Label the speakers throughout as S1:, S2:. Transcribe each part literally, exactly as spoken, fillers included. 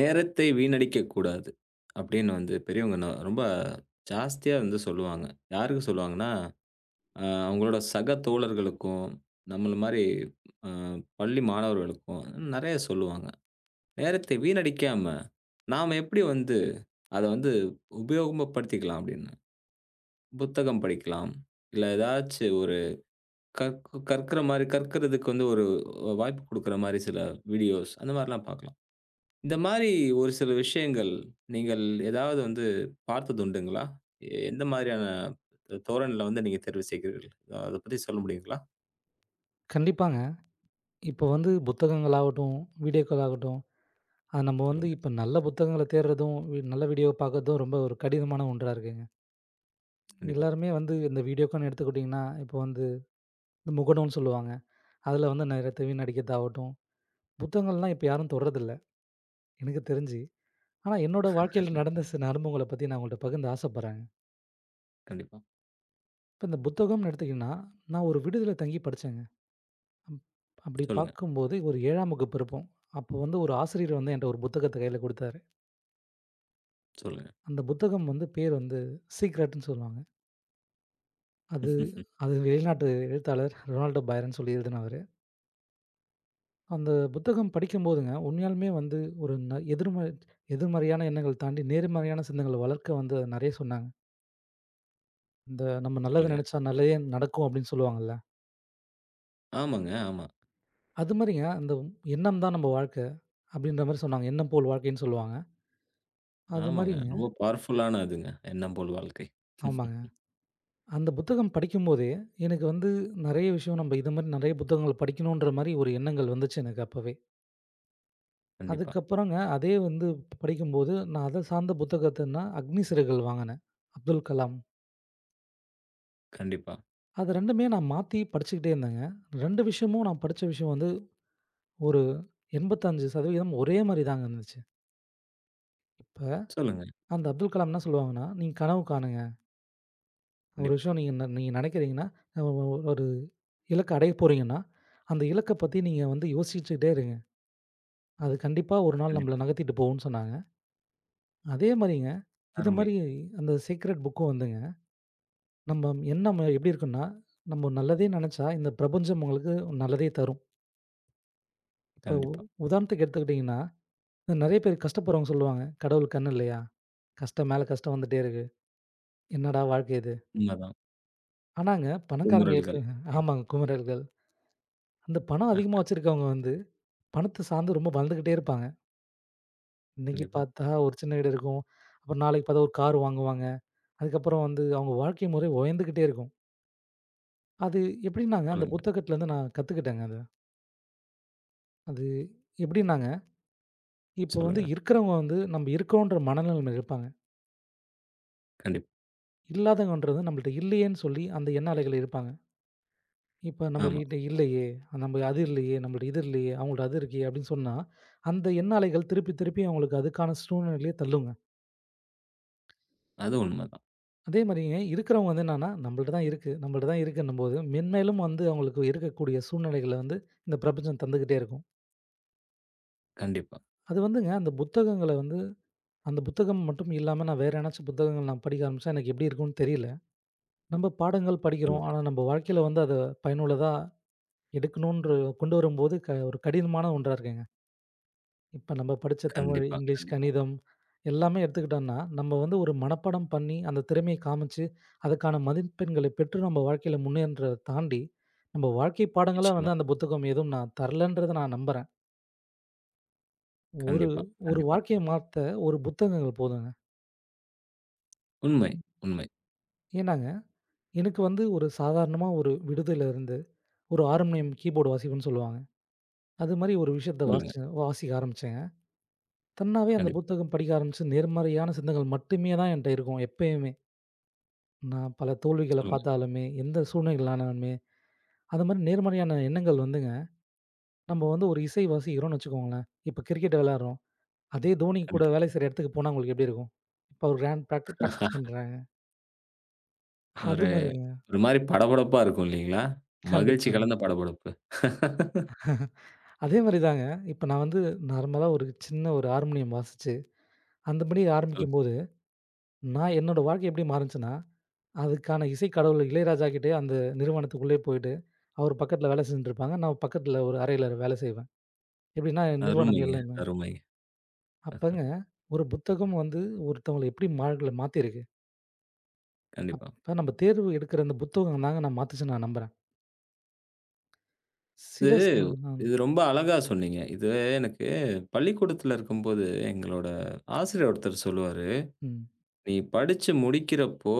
S1: "நேரத்தை வீணடிக்கக் கூடாது" அப்படின்னு வந்து பெரியவங்க ந ரொம்ப ஜாஸ்தியா வந்து சொல்லுவாங்க. யாருக்கு சொல்லுவாங்கன்னா, அ அவங்களோட சக தோழர்களுக்கும், நம்மள மாரி அ பள்ளி மாணவர்களுக்கும் நெறைய சொல்லுவாங்க. "நேரத்தை வீணடிக்காம, நாம எப்படி வந்து அத வந்து உபயோகப்படுத்திக்கலாம்" அப்படின்னு. புத்தகம் படிக்கலாம், இல்ல ஏதாச்சு ஒரு கற் கற்கிற மாரி கற்கிறதுக்கு வந்து ஒரு வாய்ப்பு குடுக்குற மாரி சில வீடியோஸ் அந்த மாரிலாம் பார்க்கலாம். இந்த மாரி ஒரு சில விஷயங்கள், நீங்கள் ஏதாவது வந்து பார்த்தது உண்டுங்களா? எ- எந்த மாதிரியான தோரணைல வந்து நீங்க தேர்வு செய்கிறீர்கள்? அத பத்தி சொல்ல முடியுங்களா?
S2: கண்டிப்பாங்க. இப்போ வந்து புத்தகங்களாகட்டும், வீடியோக்கள் ஆகட்டும், அது நம்ம வந்து
S1: சொல்லுங்க.
S2: இப்போ நல்ல புத்தகங்கள தேடுறதும், வி நல்ல வீடியோ பார்க்கறதும் ரொம்ப ஒரு கடினமான ஒன்றா இருக்குங்க.
S1: கண்டிப்பா,
S2: எல்லாருமே வந்து இந்த வீடியோக்குன்னு எடுத்துக்கிட்டிங்கன்னா, இப்போ வந்து இந்த முகநூல்னு சொல்லுவாங்க. அதில வந்து நேரத்த வீணடிக்கிறதாகட்டும், புத்தகங்கள்லாம் இப்போ யாரும் தொடுறதில்ல, எனக்கு தெரிஞ்சு. ஆனா என்னோட வாழ்க்கையில நடந்த சில அனுபவங்கள பத்தி நான் உங்கள்ட்ட பகிர்ந்து ஆசைப்படுறேங்க.
S1: கண்டிப்பா.
S2: இப்போ இந்த புத்தகம்னு எடுத்துக்கிட்டிங்கன்னா, நான் ஒரு விடுதியில தங்கி படிச்சேங்க. அப் அப்படி
S1: சொல்லுங்க,
S2: பார்க்கும்போது ஒரு ஏழாம் வகுப்பு இருப்போம். அப்போ வந்து ஒரு ஆசிரியர் வந்து என்ட்ட ஒரு புத்தகத்த கையில குடுத்தாரு.
S1: சொல்லுங்க.
S2: அந்த புத்தகம் வந்து பேர் வந்து சீக்ரெட்ன்னு சொல்லுவாங்க. அது அது வெளிநாட்டு எழுத்தாளர் ரொனால்டோ பைரன் சொல்லி எழுதினவரு. அந்த புத்தகம் படிக்கும்போதுங்க, உண்மையாலுமே வந்து ஒரு ந எதிர்ம எதிர்மறையான எண்ணங்கள் தாண்டி நேர்மறையான சிந்தனைகள வளர்க்க வந்து நெறைய சொன்னாங்க. இந்த நம்ம நல்லது
S1: சொல்லுங்க.
S2: நெனச்சா நல்லதே நடக்கும் அப்படின்னு சொல்லுவாங்கல்ல.
S1: ஆமாங்க, ஆமா.
S2: அது மாரிங்க அந்த எண்ணம் தான் நம்ம வாழ்க்க அப்படின்ற மாரி சொன்னாங்க. எண்ணம் போல் வாழ்க்கைன்னு சொல்லுவாங்க. அது
S1: ஆமாங்க.
S2: மாரிங்க
S1: ரொம்ப பவர்ஃபுல்லான அதுங்க. எண்ணம் போல் வாழ்க்கை.
S2: ஆமாங்க. அந்த புத்தகம் படிக்கும்போதே எனக்கு வந்து நெறைய விஷயம் நம்ம இது மாரி நெறைய புத்தகங்கள் படிக்கணுன்ற மாரி ஒரு எண்ணங்கள் வந்துச்சு எனக்கு அப்பவே.
S1: கண்டிப்பா,
S2: அதுக்கப்புறங்க அதே வந்து படிக்கும்போது, நான் அத சார்ந்த புத்தகத்தன்னா அக்னி சிறகுகள் வாங்குனேன். அப்துல் கலாம்.
S1: கண்டிப்பா.
S2: அது ரெண்டுமே நான் மாத்தி படிச்சுக்கிட்டே இருந்தேங்க. ரெண்டு விஷயமும் நான் படிச்ச விஷயம் வந்து ஒரு எண்பத்தி ஐந்து சதவீதம் ஒரே மாரி தாங்க இருந்துச்சு. இப்ப
S1: சொல்லுங்க.
S2: அந்த அப்துல் கலாம் என்ன சொல்லுவாங்கன்னா, "நீங்க கனவு காணுங்க. ஒரு
S1: கண்டிப்பா,
S2: விஷயம் நீங்க ந நீங்க நெனைக்கிறீங்கன்னா, அ ஒ ஒரு இலக்க அடைய போறீங்கன்னா, அந்த இலக்க பத்தி நீங்க வந்து யோசிச்சுட்டே இருங்க. அது கண்டிப்பா ஒரு நாள் நம்மள
S1: கண்டிப்பா.
S2: நகர்த்திட்டு போகும்ன்னு" சொன்னாங்க. அதே மாரிங்க, இத
S1: அருமை.
S2: மாரி அந்த சீக்ரெட் புக்கும் வந்துங்க. நம்ம எண்ணம் எப்படி இருக்குன்னா, நம்ம நல்லதே நெனச்சா, இந்த பிரபஞ்சம் உங்களுக்கு நல்லதே தரும். இப்போ
S1: கண்டிப்பா.
S2: உதாரணத்துக்கு எடுத்துக்கிட்டீங்கன்னா, நெறைய பேர் கஷ்டப்படுறவங்க சொல்லுவாங்க, "கடவுள் கண் இல்லையா? கஷ்டம் மேல கஷ்டம் வந்துட்டே இருக்கு. என்னடா வாழ்க்கை இது?"
S1: உண்மதான்.
S2: ஆனாங்க பணக்காரங்க எப்ப
S1: குமுறல்கள்.
S2: ஆமாங்க குமரர்கள். அந்த பணம் அதிகமா
S1: அ
S2: வச்சிருக்கவங்க வந்து, பணத்த சார்ந்து ரொம்ப வளர்ந்துக்கிட்டே இருப்பாங்க. இன்னைக்கு
S1: கண்டிப்பா.
S2: பார்த்தா ஒரு சின்ன வீடு இருக்கும். அப்புறம் நாளைக்கு பார்த்தா ஒரு கார் வாங்குவாங்க. அதுக்கப்புறம் வந்து அவங்க வாழ்க்கை முறை உயர்ந்துக்கிட்டே இருக்கும். அது எப்படின்னாங்க, அந்த
S1: சொல்லுங்க,
S2: புத்தகத்துலருந்து நான் கத்துக்கிட்டேங்க அத. அது எப்படின்னாங்க இப்போ வந்து
S1: சொல்லுங்க.
S2: இருக்கிறவங்க வந்து நம்ம இருக்கோன்ற மனநிலைமையில இருப்பாங்க.
S1: கண்டிப்பா.
S2: இல்லாதவங்கன்றது நம்மள்ட்ட இல்லையேன்னு சொல்லி அந்த எண்ண அலைகள் இருப்பாங்க. இப்ப
S1: ஆமா.
S2: நம்மள்கிட்ட இல்லையே, நம்ம அது இல்லையே, நம்மள்ட்ட இது இல்லையே, அவங்கள்ட்ட அது இருக்கே அப்படின்னு சொன்னா, அந்த எண்ண அலைகள் திருப்பி திருப்பி அவங்களுக்கு அதுக்கான சூழ்நிலையிலேயே தள்ளுங்க.
S1: அது உண்மதான்.
S2: அதே மாரிங்க இருக்கிறவங்க வந்து என்னன்னா, நம்மள்ட்ட தான் இருக்கு, நம்மள்ட்ட தான் இருக்குன்னும்போது மென்மேலும் வந்து அவங்களுக்கு இருக்கக்கூடிய சூழ்நிலைகள வந்து இந்த பிரபஞ்சம் தந்துக்கிட்டே இருக்கும்.
S1: கண்டிப்பா.
S2: அது வந்துங்க அந்த புத்தகங்கள வந்து அந்த புத்தகம் மட்டும் இல்லாம நான் வேற ஏதனாச்சும் புத்தகங்கள் நான் படிக்க ஆரம்பிச்சா எனக்கு எப்படி இருக்கும்னு தெரியல. நம்ம பாடங்கள் படிக்கிறோம்.
S1: சொல்லுங்க.
S2: ஆனா, நம்ம வாழ்க்கையில வந்து அத பயனுள்ளதா எடுக்கணுன்ற கொண்டு வரும்போது க ஒரு கடினமான ஒன்றா இருக்குங்க. இப்ப நம்ம படிச்ச தமிழ்,
S1: கண்டிப்பா,
S2: இங்கிலீஷ்,
S1: கண்டிப்பா.
S2: கணிதம் எல்லாமே எடுத்துக்கிட்டோம்னா, நம்ம வந்து ஒரு மனப்பாடம் பண்ணி, அந்த திறமைய காமிச்சு, அதுக்கான மதிப்பெண்களை பெற்று நம்ம வாழ்க்கையில முன்னேற்றத தாண்டி, நம்ம வாழ்க்கை பாடங்களா
S1: நிச்சயமா.
S2: வந்து அந்த புத்தகம் எதுவும் நான் தரலன்றத நான் நம்புறேன். ஒரு
S1: கண்டிப்பா,
S2: ஒரு
S1: கண்டிப்பா.
S2: வாழ்க்கைய மாத்த ஒரு புத்தகங்கள் போதுங்க.
S1: உண்மை, உண்மை.
S2: ஏன்னாங்க, எனக்கு வந்து ஒரு சாதாரணமா ஒரு விடுதியில இருந்து ஒரு ஆறு மணி கீபோர்டு வாசிப்புன்னு சொல்லுவாங்க. அது மாரி ஒரு விஷயத்த
S1: ம். சொல்லுங்க.
S2: வாசிச்சேன் வாசிக்க ஆரம்பிச்சேங்க. தன்னாவே அந்த
S1: கண்டிப்பா.
S2: புத்தகம் படிக்க ஆரம்பிச்சு, நேர்மறையான சிந்தங்கள் மட்டுமே தான் என்ட்ட இருக்கும் எப்பயுமே. நான் பல தோல்விகள
S1: சொல்லுங்க.
S2: பார்த்தாலுமே, எந்த சூழ்நிலைகள் ஆனாலுமே, அது மாரி நேர்மறையான எண்ணங்கள் வந்துங்க, நம்ம வந்து ஒரு இசை வாசிக்கிறோம்னு வச்சுக்கோங்களேன், இப்ப கிரிக்கெட் விளையாடுறோம். அதே தோனி கூட
S1: கண்டிப்பா.
S2: வேலை செய்ற இடத்துக்கு போனா உங்களுக்கு எப்படி இருக்கும்? இப்ப ஒரு ரேண்ட் பிராக்டி பிராக்டிஸ் பண்றாங்க. அது
S1: ஒரு
S2: மாரிங்க.
S1: ஒரு மாரி படபடப்பா இருக்கும் இல்லீங்களா? மகிழ்ச்சி
S2: கண்டிப்பாங்க.
S1: கலந்த படபடப்பு.
S2: அதே மாரி தாங்க, இப்ப நான் வந்து நார்மலா ஒரு சின்ன ஒரு ஹார்மோனியம் வாசிச்சு, அந்த படி
S1: சொல்லுங்க.
S2: ஆரம்பிக்கும்போது, நான் என்னோட வாழ்க்கை எப்படி மாறுச்சுன்னா அதுக்கான இசை கடவுள் இளையராஜா கிட்டயே அந்த நிறுவனத்துக்குள்ளேயே போயிட்டு, அவர் பக்கத்துல வேலை செஞ்சுட்டுருப்பாங்க. நான் பக்கத்துல ஒரு அறையில வேலை செய்வேன். எப்படின்னா, நிறுவனம்
S1: அருமைங்க,
S2: எல்லாமே.
S1: அருமைங்க.
S2: அப்பங்க ஒரு புத்தகம் வந்து ஒருத்தவங்கள எப்படி மார்கள மாத்திருக்கு.
S1: கண்டிப்பா.
S2: இப்ப நம்ம தேர்வு எடுக்கிற அந்த புத்தகம் தாங்க நான் மாத்துச்சுன்னு நான் நம்புறேன்.
S1: இது
S2: சில ச ம்,
S1: இது ரொம்ப அழகா சொன்னீங்க. இது எனக்கு பள்ளிக்கூடத்துல இருக்கும்போது எங்களோட ஆசிரியர் ஒருத்தர் சொல்லுவாரு,
S2: ம்.
S1: "நீ படிச்சு முடிக்கிறப்போ,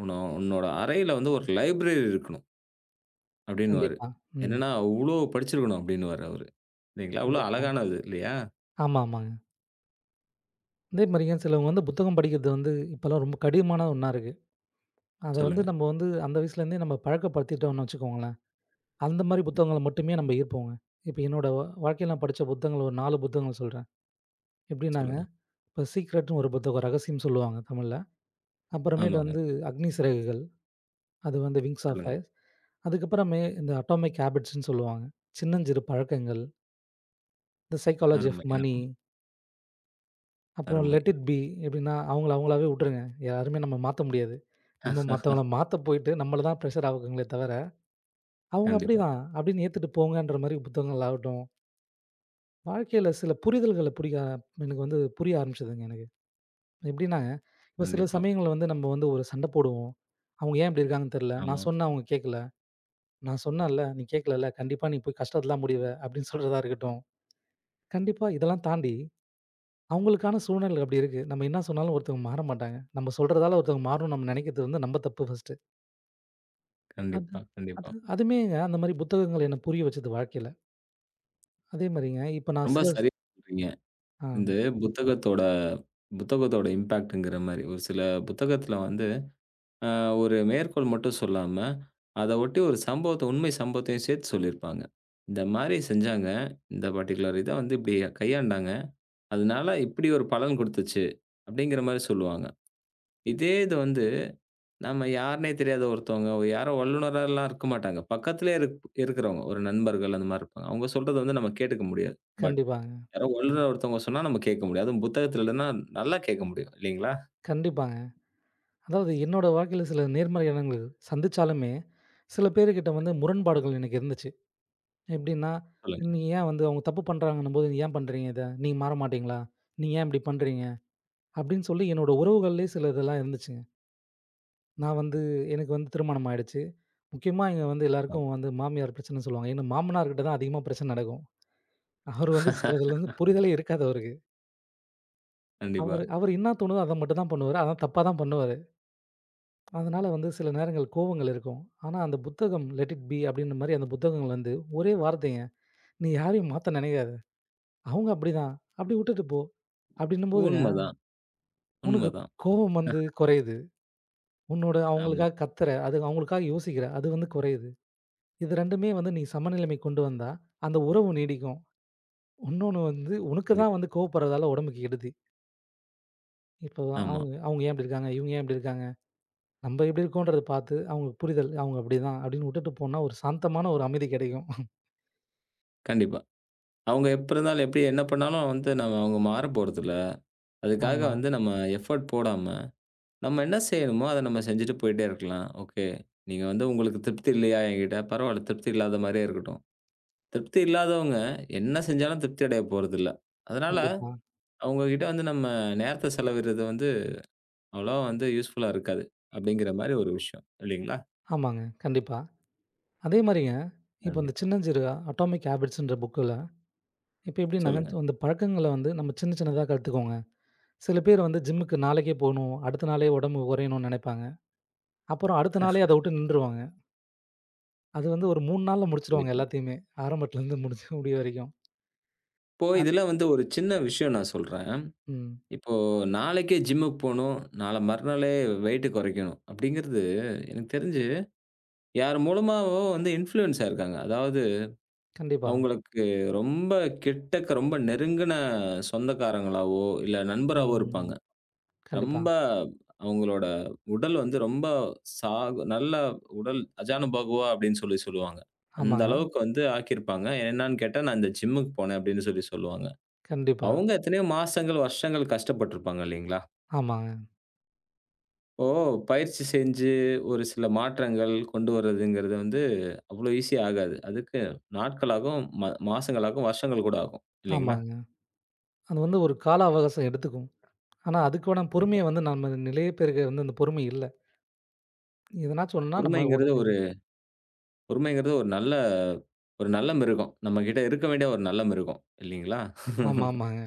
S1: உன்ன உன்னோட அறையில வந்து ஒரு லைப்ரரி இருக்கணும்." அப்டின்னுவாரு.
S2: கண்டிப்பா. ம்.
S1: என்னன்னா, "அவ்ளோ படிச்சிருக்கணும்." அப்டின்னுவாரு அவரு. இல்லீங்களா? அவ்ளோ
S2: கண்டிப்பா.
S1: அழகானது இல்லையா?
S2: ஆமா, ஆமாங்க. அதே மாரிங்க சிலவங்க வந்து புத்தகம் படிக்கிறது வந்து இப்பலாம் ரொம்ப கடினமான ஒண்ணா இருக்கு. அத வந்து
S1: சொல்லுங்க.
S2: நம்ம வந்து அந்த வயசுலேருந்தே நம்ம பழக்கப்படுத்திட்டோம்னு வச்சுக்கோங்களேன். அந்த மாரி
S1: கண்டிப்பா.
S2: புத்தகங்கள மட்டுமே நம்ம ஈர்ப்போங்க. இப்ப என்னோட வா வாழ்க்கையில நான் படிச்ச புத்தகங்கள் ஒரு நாலு புத்தகங்கள் சொல்றேன். எப்படின்னாங்க,
S1: சொல்லுங்க.
S2: இப்ப சீக்ரெட்ன்னு ஒரு புத்தகம் ரகசியம் சொல்லுவாங்க தமிழ்ல. அப்புறமேட்டு
S1: ஆமாங்க.
S2: வந்து அக்னி சிறகுகள், அது வந்து விங்ஸ் ஆஃப்
S1: சொல்லுங்க.
S2: ஃபயர். அதுக்கப்புறமே இந்த அட்டாமிக் ஹேபிட்ஸ்ன்னு சொல்லுவாங்க. சின்னஞ்சிறு பழக்கங்கள், தி சைக்காலஜி ஆஃப்
S1: அருமை,
S2: மனி,
S1: அருமை,
S2: அப்புறம்
S1: அருமை.
S2: லெட் இட் பி எப்படின்னா அவங்கள அவங்களாவே விட்டுருங்க. யாருமே நம்ம மாத்த முடியாது. நம்ம மத்தவங்கள மாத்த போயிட்டு நம்மள தான் ப்ரெஷர் ஆகுங்களே தவிர, அவங்க
S1: கண்டிப்பா,
S2: அப்படிதான் அப்படின்னு ஏத்துட்டு போங்கன்ற மாரி புத்தகங்கள் ஆகட்டும். வாழ்க்கையில சில புரிதல்கள புடிக்க எனக்கு வந்து புரிய ஆரம்பிச்சதுங்க எனக்கு. எப்படின்னா, இப்போ சில
S1: கண்டிப்பா.
S2: சமயங்கள்ல வந்து நம்ம வந்து ஒரு சண்டை போடுவோம். அவங்க ஏன் இப்படி இருக்காங்கன்னு தெரியல.
S1: ஆமா.
S2: நான் சொன்னேன் அவங்க கேட்கல. நான் சொன்னேன்ல நீ கேட்கலல்ல. கண்டிப்பா நீ போய் கஷ்டத்துல தான் முடிவ அப்படின்னு சொல்றதா இருக்கட்டும். கண்டிப்பா இதெல்லாம் தாண்டி அவங்களுக்கான சூழ்நிலை அப்படி இருக்கு. நம்ம என்ன சொன்னாலும் ஒருத்தவங்க மாற மாட்டாங்க. நம்ம சொல்றதால ஒருத்தவங்க மாறணும்னு நம்ம நினைக்கிறது வந்து நம்ம தப்பு ஃபர்ஸ்ட்டு. அது
S1: கண்டிப்பா,
S2: அது
S1: கண்டிப்பா.
S2: அதுமேங்க அந்த மாரி புத்தகங்கள் என்ன புரிய வச்சது வாழ்க்கையில. அதே மாரிங்க இப்ப நான்
S1: ரொம்ப
S2: சில
S1: சரியா சொல்றீங்க.
S2: ஆ
S1: இந்த புத்தகத்தோட புத்தகத்தோட இம்பாக்ட்ங்கிற மாரி. ஒரு சில புத்தகத்துல வந்து அ ஒரு மேற்கோள் மட்டும் சொல்லாம, அத ஒட்டி ஒரு சம்பவத்த உண்மை சம்பவத்தையும் சேர்த்து சொல்லியிருப்பாங்க. இந்த மாரி செஞ்சாங்க. இந்த பர்ட்டிகுலர் இத வந்து இப்டி கையாண்டாங்க. அதனால இப்டி ஒரு பலன் குடுத்துச்சு. அப்டிங்கிற மாரி சொல்லுவாங்க. இதே இது வந்து நம்ம யாருன்னே தெரியாத ஒருத்தவங்க, ஒரு யாரோ வல்லுனராலாம் இருக்க மாட்டாங்க. பக்கத்திலேயே இருக் இருக்கிறவங்க, ஒரு நண்பர்கள் அந்த மாரி இருப்பாங்க. அவங்க சொல்றத வந்து நம்ம கேட்டுக்க முடியாது. பட்
S2: கண்டிப்பாங்க,
S1: யாரோ வல்லுனர் ஒருத்தவங்க சொன்னா நம்ம கேட்க முடியும். அதுவும் புத்தகத்துல இல்லன்னா நல்லா கேட்க முடியும். இல்லீங்களா?
S2: கண்டிப்பாங்க. அதாவது என்னோட வாழ்க்கையில சில நேர்மறை எண்ணங்கள் சந்திச்சாலுமே, சில பேருகிட்ட வந்து முரண்பாடுகள் எனக்கு இருந்துச்சு. எப்படின்னா,
S1: சொல்லுங்க.
S2: "நீ ஏன் வந்து அவங்க தப்பு பண்றாங்கன்னும்போது, நீ ஏன் பண்றீங்க இத? நீங்க மாற மாட்டீங்களா? நீங்க ஏன் இப்படி பண்றீங்க?" அப்படின்னு சொல்லி என்னோட உறவுகள்லயே சில இதெல்லாம் இருந்துச்சுங்க. நான் வந்து எனக்கு வந்து திருமணம் ஆயிடுச்சு. முக்கியமா இங்க வந்து
S1: ஆமா.
S2: எல்லாருக்கும் வந்து மாமியார் பிரச்சனைன்னு சொல்லுவாங்க. ஏன்னா மாமனார்கிட்ட தான் அதிகமா பிரச்சனை நடக்கும். அவரு வந்து சிலதுல வந்து புரிதலே இருக்காது அவருக்கு.
S1: கண்டிப்பா.
S2: அவரு அவரு என்ன தோணுதோ அத மட்டும் தான் பண்ணுவாரு. அதான் தப்பா தான் பண்ணுவாரு. அதனால வந்து சில நேரங்கள் கோவங்கள் இருக்கும். ஆனா, அந்த புத்தகம் லெட் இட் பி அப்படின்ற மாரி அந்த புத்தகங்கள் வந்து ஒரே வார்த்தைங்க. நீ யாரையும் மாத்த நினைக்காத. அவங்க அப்படிதான். அப்படி விட்டுட்டு போ. அப்படின்னும் போதுங்க,
S1: உண்மதான்,
S2: உனக்கு
S1: உண்மதான்.
S2: கோவம் வந்து குறையுது. உன்னோட
S1: ஆமா.
S2: அவங்களுக்காக கத்துற, அது அவங்களுக்காக யோசிக்கிற, அது வந்து குறையுது. இது ரெண்டுமே வந்து நீ சமநிலைமை கொண்டு வந்தா, அந்த உறவு நீடிக்கும். இன்னொன்னு வந்து உனக்கு தான்
S1: கண்டிப்பா.
S2: வந்து கோவப்படுறதால உடம்புக்கு கெடுதி. இப்போ
S1: ஆமா.
S2: அவங்க அவங்க ஏன் இப்படி இருக்காங்க? இவங்க ஏன் இப்படி இருக்காங்க? நம்ம எப்படி இருக்கோன்றத பார்த்து அவங்களுக்கு புரிதல், அவங்க அப்படிதான் அப்படின்னு விட்டுட்டு போனா ஒரு சாந்தமான ஒரு அமைதி கிடைக்கும்.
S1: கண்டிப்பா. அவங்க எப்ப இருந்தாலும் எப்படி என்ன பண்ணாலும் வந்து நம்ம அவங்க மாறப் போறதில்ல. அதுக்காக
S2: ஆமா.
S1: வந்து நம்ம எஃபோர்ட் போடாம, நம்ம என்ன செய்யணுமோ அத நம்ம செஞ்சுட்டு போயிட்டே இருக்கலாம். ஓகே. நீங்க வந்து உங்களுக்கு திருப்தி இல்லையா என்கிட்ட? பரவால்ல திருப்தி இல்லாத மாரியே இருக்கட்டும். திருப்தி இல்லாதவங்க, என்ன செஞ்சாலும் திருப்தி அடைய போறதில்ல. அதனால,
S2: கண்டிப்பா.
S1: அவங்க கிட்ட வந்து நம்ம நேரத்த செலவிடுறது வந்து, அவ்வளவா வந்து யூஸ்ஃபுல்லா இருக்காது. அப்படிங்கிற மாரி ஒரு விஷயம். இல்லைங்களா?
S2: ஆமாங்க. கண்டிப்பா. அதே மாரிங்க, இப்ப இந்த
S1: கண்டிப்பா.
S2: சின்னஞ்சிறு அட்டாமிக் ஹேபிட்ஸ்ன்ற புக்குல, இப்ப எப்படி
S1: சொல்லுங்க.
S2: நகர்த்து அந்த பழக்கங்கள வந்து நம்ம சின்ன சின்னதா கத்துக்கோங்க. சில பேர் வந்து ஜிம்முக்கு நாளைக்கே போணும், அடுத்த நாளே உடம்பு குறையணும்னு நெனைப்பாங்க. அப்புறம் அடுத்த நாளே அத விட்டு நின்றுவாங்க. அது வந்து ஒரு மூணு நாள்ல முடிச்சுருவாங்க
S1: கண்டிப்பா.
S2: எல்லாத்தையுமே. ஆரம்பத்துலருந்து முடிச்சு முடிய வரைக்கும்.
S1: இப்போ
S2: அத்
S1: இதில வந்து ஒரு சின்ன விஷயம் நான் சொல்றேன்.
S2: ம்.
S1: இப்போ நாளைக்கே ஜிம்முக்கு போணும். நாள மறுநாளே வெயிட் குறைக்கணும். அப்படிங்கிறது எனக்கு தெரிஞ்சு யார் மூலமாவோ வந்து இன்ஃப்ளூயன்ஸ் ஆயிருக்காங்க. அதாவது
S2: கண்டிப்பா.
S1: அவங்களுக்கு ரொம்ப கிட்டக்க, ரொம்ப நெருங்கின சொந்தக்காரங்களாவோ, இல்ல நண்பராவோ
S2: ம்.
S1: இருப்பாங்க.
S2: கண்டிப்பா.
S1: ரொம்ப அவங்களோட உடல் வந்து ரொம்ப சாகு நல்ல உடல் அஜானுபாகுவா அப்படின்னு சொல்லி சொல்லுவாங்க. அந்த
S2: ஆமாங்க.
S1: அளவுக்கு வந்து ஆக்கியிருப்பாங்க. என்னன்னு கேட்டா, நான் இந்த ஜிம்முக்கு போனேன் அப்படின்னு சொல்லி சொல்லுவாங்க.
S2: கண்டிப்பா.
S1: அவங்க எத்தனையோ மாசங்கள், வருஷங்கள் கஷ்டப்பட்டுருப்பாங்க இல்லைங்களா?
S2: ஆமாங்க.
S1: இப்போ பயிற்சி செஞ்சு ஒரு சில மாற்றங்கள் கொண்டு வரதுங்கிறது வந்து அவ்வளோ ஈஸியா ஆகாது. அதுக்கு நாட்களாகும், ம மாசங்களாகும், வருஷங்கள் கூட ஆகும் இல்லைங்களா?
S2: ஆமாங்க. அது வந்து ஒரு கால அவகாசம் எடுத்துக்கும். ஆனா, அதுக்கான
S1: கண்டிப்பா.
S2: பொறுமைய வந்து நம்ம நிலைய பேருக்கு வந்து அந்த பொறுமை இல்ல. எதனா சொன்னா நம்ம
S1: பொறுமைங்கிறது
S2: உடனே
S1: பொறுமைங்கிறது ஒரு நல்ல ஒரு நல்ல மிருகம். நம்மகிட்ட இருக்க வேண்டிய ஒரு நல்ல மிருகம். இல்லீங்களா?
S2: ஆமா, ஆமாங்க.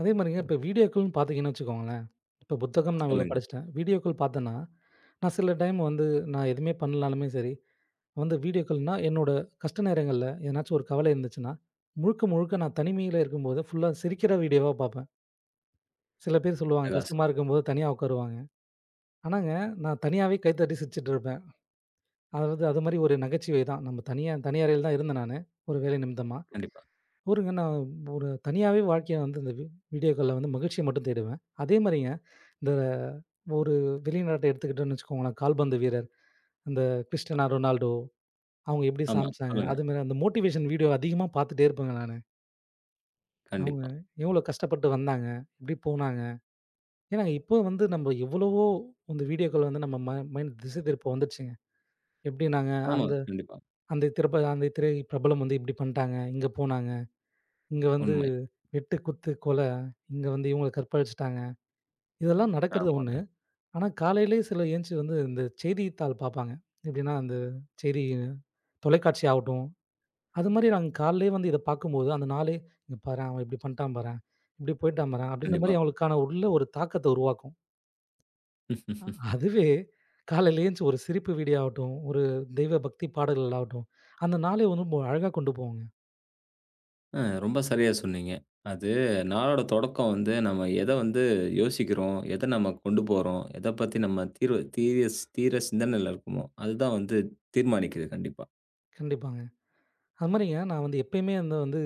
S2: அதே மாரிங்க இப்ப வீடியோக்கள்னு பாத்தீங்கன்னு வச்சுக்கோங்களேன். இப்ப புத்தகம் நான் இவ்வளோ
S1: சொல்லுங்க.
S2: படிச்சுட்டேன். வீடியோக்கள் பார்த்தேன்னா, நான் சில டைம் வந்து நான் எதுவுமே பண்ணலனாலுமே சரி, வந்து வீடியோக்கள்னா என்னோட கஷ்ட நேரங்கள்ல எதனாச்சும் ஒரு கவலை இருந்துச்சுன்னா, முழுக்க முழுக்க நான் தனிமையில இருக்கும்போது ஃபுல்லா சிரிக்கிற வீடியோவா பார்ப்பேன். சில பேர் சொல்லுவாங்க,
S1: பிரகாசம்.
S2: கஷ்டமா இருக்கும்போது தனியா உட்காருவாங்க. ஆனாங்க, நான் தனியாவே கைத்தட்டி சிரிச்சுட்டு இருப்பேன். அதாவது அது மாரி ஒரு நகைச்சுவை தான். நம்ம தனியா தனி அறையில தான் இருந்தேன் நானு, ஒரு வேலை நிமித்தமா.
S1: கண்டிப்பா.
S2: ஒருங்க நான் ஒரு தனியாவே வாழ்க்கைய வந்து இந்த வீ வீடியோக்கள்ல வந்து மகிழ்ச்சிய மட்டும் தேடுவேன். அதே மாரிங்க, இந்த ஒரு வெளிநாட்ட எடுத்துக்கிட்டோம்னு வச்சுக்கோங்களேன், கால்பந்து வீரர், இந்த கிறிஸ்டியானோ ரொனால்டோ அவங்க எப்படி
S1: ஆமா.
S2: சமைச்சாங்க,
S1: சொல்லுங்க.
S2: அதுமாரி அந்த மோட்டிவேஷன் வீடியோ அதிகமா பார்த்துட்டே இருப்பேங்க நானு. அவங்க
S1: கண்டிப்பா.
S2: எவ்வளோ கஷ்டப்பட்டு வந்தாங்க, எப்படி போனாங்க. ஏன்னா இப்போ வந்து நம்ம எவ்வளவோ இந்த வீடியோக்கள் வந்து நம்ம ம மைண்ட் திசை திருப்ப வந்துடுச்சுங்க. எப்படி நாங்க
S1: ஆமா.
S2: அந்த
S1: கண்டிப்பா.
S2: அந்த திரைப்ப அந்த திரை பிரபலம் வந்து இப்படி பண்ட்டாங்க, இங்க போனாங்க, இங்க வந்து
S1: உண்மை.
S2: வெட்டு, குத்து, கொலை, இங்க வந்து இவங்கள கற்பழிச்சுட்டாங்க. இதெல்லாம் நடக்கிறது ஒண்ணு.
S1: ஆமாங்க.
S2: ஆனா காலையிலேயே சிலர் எந்திச்சு வந்து இந்த செய்தித்தாள் பார்ப்பாங்க. எப்படின்னா, அந்த செய்தி தொலைக்காட்சி ஆகட்டும், அது மாரி நாங்க காலையிலேயே வந்து இத பார்க்கும்போது, அந்த நாளே "இங்க பாரேன், அவன் இப்படி பண்ணிட்டான் பாரேன், இப்படி போயிட்டான் பாரேன்" அப்படின்ற மாரி
S1: கண்டிப்பா.
S2: அவங்களுக்கான உள்ள ஒரு தாக்கத்த உருவாக்கும். அ அதுவே காலையில எந்திச்சு ஒரு சிரிப்பு வீடியோ ஆகட்டும், ஒரு தெய்வ பக்தி பாடல்கள் ஆகட்டும், அந்த நாளை ரொம்ப அழகா கொண்டு போகுங்க.
S1: அ ரொம்ப சரியா சொன்னீங்க. அது நாளோட தொடக்கம் வந்து நம்ம எத வந்து யோசிக்கிறோம், எத நம்ம கொண்டு போறோம், எத பத்தி நம்ம தீர்வு தீர தீர சிந்தனையில இருக்கோமோ, அதுதான் வந்து தீர்மானிக்குது கண்டிப்பா.
S2: கண்டிப்பாங்க. அது மாரிங்க நான் வந்து எப்பயுமே வந்து வந்து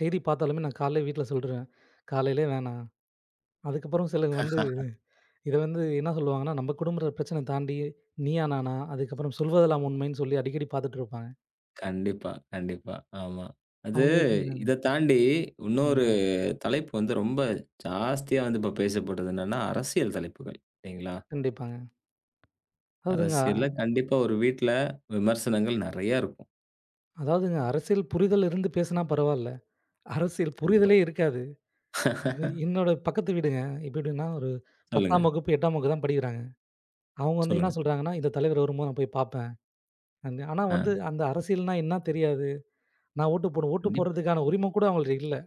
S2: செய்தி பார்த்தாலுமே நான் காலையில வீட்ல சொல்லிருவேன். "காலையிலே வேணாம்." அதுக்கப்புறம் சிலர் வந்து இத வந்து என்ன சொல்லுவாங்கன்னா, நம்ம குடும்பற பிரச்சனை தாண்டி, நீயா நானா, அதுக்கப்புறம் சொல்வதெல்லாம் உண்மைன்னு சொல்லி அடிக்கடி பார்த்துட்டு இருப்பாங்க.
S1: கண்டிப்பா, கண்டிப்பா. ஆமா. அது
S2: அவங்க எப்படின்னாங்க
S1: இத தாண்டி இன்னொரு
S2: ம்.
S1: தலைப்பு வந்து ரொம்ப ஜாஸ்தியா வந்து இப்ப பேசப்படுறது என்னன்னா, அரசியல் தலைப்புகள் இல்லைங்களா?
S2: கண்டிப்பாங்க. அதாவதுங்க
S1: அரசியல்ல கண்டிப்பா ஒரு வீட்ல விமர்சனங்கள் நெறைய இருக்கும்.
S2: அதாவதுங்க அரசியல் புரிதல் இருந்து பேசினா பரவால்ல. அரசியல்
S1: கண்டிப்பா.
S2: புரிதலே இருக்காது. இது என்னோட பக்கத்து வீடுங்க. இப்ப எப்படின்னா, ஒரு
S1: சொல்லுங்க,
S2: பத்தாம் வகுப்பு, எட்டாம் வகுப்பு தான் படிக்கிறாங்க. அவங்க வந்து என்ன
S1: சொல்லுங்க.
S2: சொல்றாங்கன்னா, இந்த தலைவர் வரும்போது நான் போய் பார்ப்பேன். அந்த ஆனா
S1: ஆ
S2: வந்து அந்த அரசியல்னா என்ன தெரியாது. நான் ஓட்டு போடுவேன். ஓட்டு
S1: கண்டிப்பா.
S2: போடுறதுக்கான உரிம கூட அவங்களுக்கு இல்ல.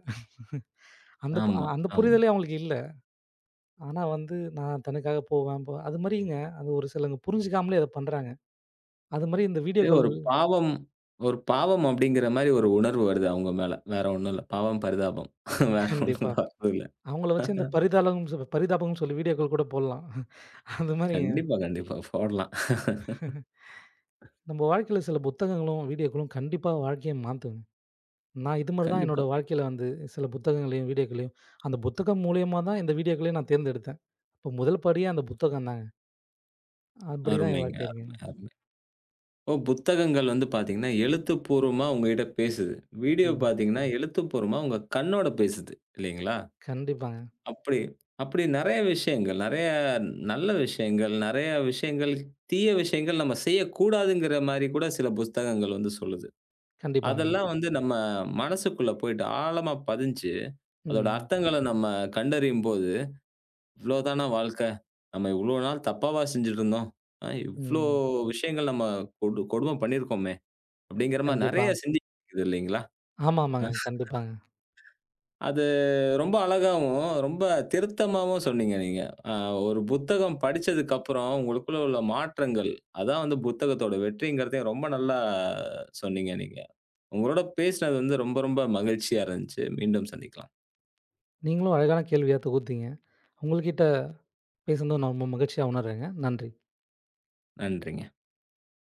S2: அந்த பு-
S1: ஆமா,
S2: அந்த
S1: ஆமா.
S2: புரிதலே அவங்களுக்கு இல்ல. ஆனா வந்து, நான் தனக்காக போவேன். போ அது மாரிங்க, அது ஒரு சிலங்க புரிஞ்சுக்காமலே அத பண்றாங்க. அது மாரி இந்த வீடியோ
S1: இது
S2: கால்
S1: ஒரு பாவம் ஒரு பாவம் அப்படிங்கிற மாரி ஒரு உணர்வு வருது அவங்க மேல. வேற ஒண்ணும் இல்ல. பாவம் பரிதாபம். வேற
S2: கண்டிப்பா.
S1: ஒண்ணும் வரது இல்ல.
S2: அவங்கள வச்சு இந்த பரிதாளம்னு சொ பரிதாபம்னு சொல்லி வீடியோ கால் கூட போடலாம். அந்த மாரிங்க.
S1: கண்டிப்பா, கண்டிப்பா. போடலாம்.
S2: நம்ம வாழ்க்கையில சில புத்தகங்களும், வீடியோக்களும் கண்டிப்பா வாழ்க்கைய மாத்துங்க. நான் இது மாரி தான்
S1: கண்டிப்பா,
S2: என்னோட
S1: கண்டிப்பா.
S2: வாழ்க்கையில வந்து சில புத்தகங்களையும், வீடியோக்களையும் அந்த புத்தகம் மூலியமா தான் இந்த வீடியோக்களையும் நான் தேர்ந்தெடுத்தேன். அப்போ முதல் படியே அந்த புத்தகம் தாங்க. அப்படி தான் என்
S1: அருமைங்க.
S2: வாழ்க்கை
S1: அருமை,
S2: இருக்குங்க.
S1: அருமை. ஓ! புத்தகங்கள் வந்து பார்த்தீங்கன்னா, எழுத்துப்பூர்வமா உங்ககிட்ட பேசுது. வீடியோ
S2: ம்.
S1: பார்த்தீங்கன்னா, எழுத்துப்பூர்வமா உங்க கண்ணோட பேசுது. இல்லைங்களா?
S2: கண்டிப்பாங்க,
S1: அப்படி அப்படி நெறைய விஷயங்கள், நெறைய நல்ல விஷயங்கள், நெறைய விஷயங்கள், தீய விஷயங்கள் நம்ம செய்யக்கூடாதுங்கிற மாரி கூட சில புத்தகங்கள் வந்து சொல்லுது.
S2: கண்டிப்பாங்க.
S1: அதெல்லாம் வந்து நம்ம மனசுக்குள்ள போயிட்டு ஆழமா பதிஞ்சு, அதோட
S2: ம்,
S1: அர்த்தங்கள நம்ம கண்டறியும்போது, இவ்ளோ தானா வாழ்க்கை? நம்ம இவ்ளோ நாள் தப்பாவா செஞ்சுட்டு இருந்தோம்? அ இவ்ளோ
S2: ம்.
S1: விஷயங்கள் நம்ம கொடு கொடும பண்ணியிருக்கோமே! அப்படிங்கிற மாரி
S2: கண்டிப்பா.
S1: நெறைய சிந்திக்குது இல்லைங்களா?
S2: ஆமா, ஆமாங்க. கண்டிப்பாங்க.
S1: அது ரொம்ப அழகாவும், ரொம்ப திருத்தமாவும் சொன்னீங்க நீங்க. அ ஒரு புத்தகம் படிச்சதுக்கப்புறம் உங்களுக்குள்ள உள்ள மாற்றங்கள், அதான் வந்து புத்தகத்தோட வெற்றிங்கிறதையும் ரொம்ப நல்லா சொன்னீங்க நீங்க. உங்களோட பேசினது வந்து ரொம்ப ரொம்ப மகிழ்ச்சியா இருந்துச்சு. மீண்டும் சந்திக்கலாம்.
S2: நீங்களும் அழகான கேள்வியா தொகுத்தீங்க. உங்கள்கிட்ட பேசுனது நான் ரொம்ப மகிழ்ச்சியா உணர்றேங்க. நன்றி.
S1: நன்றிங்க.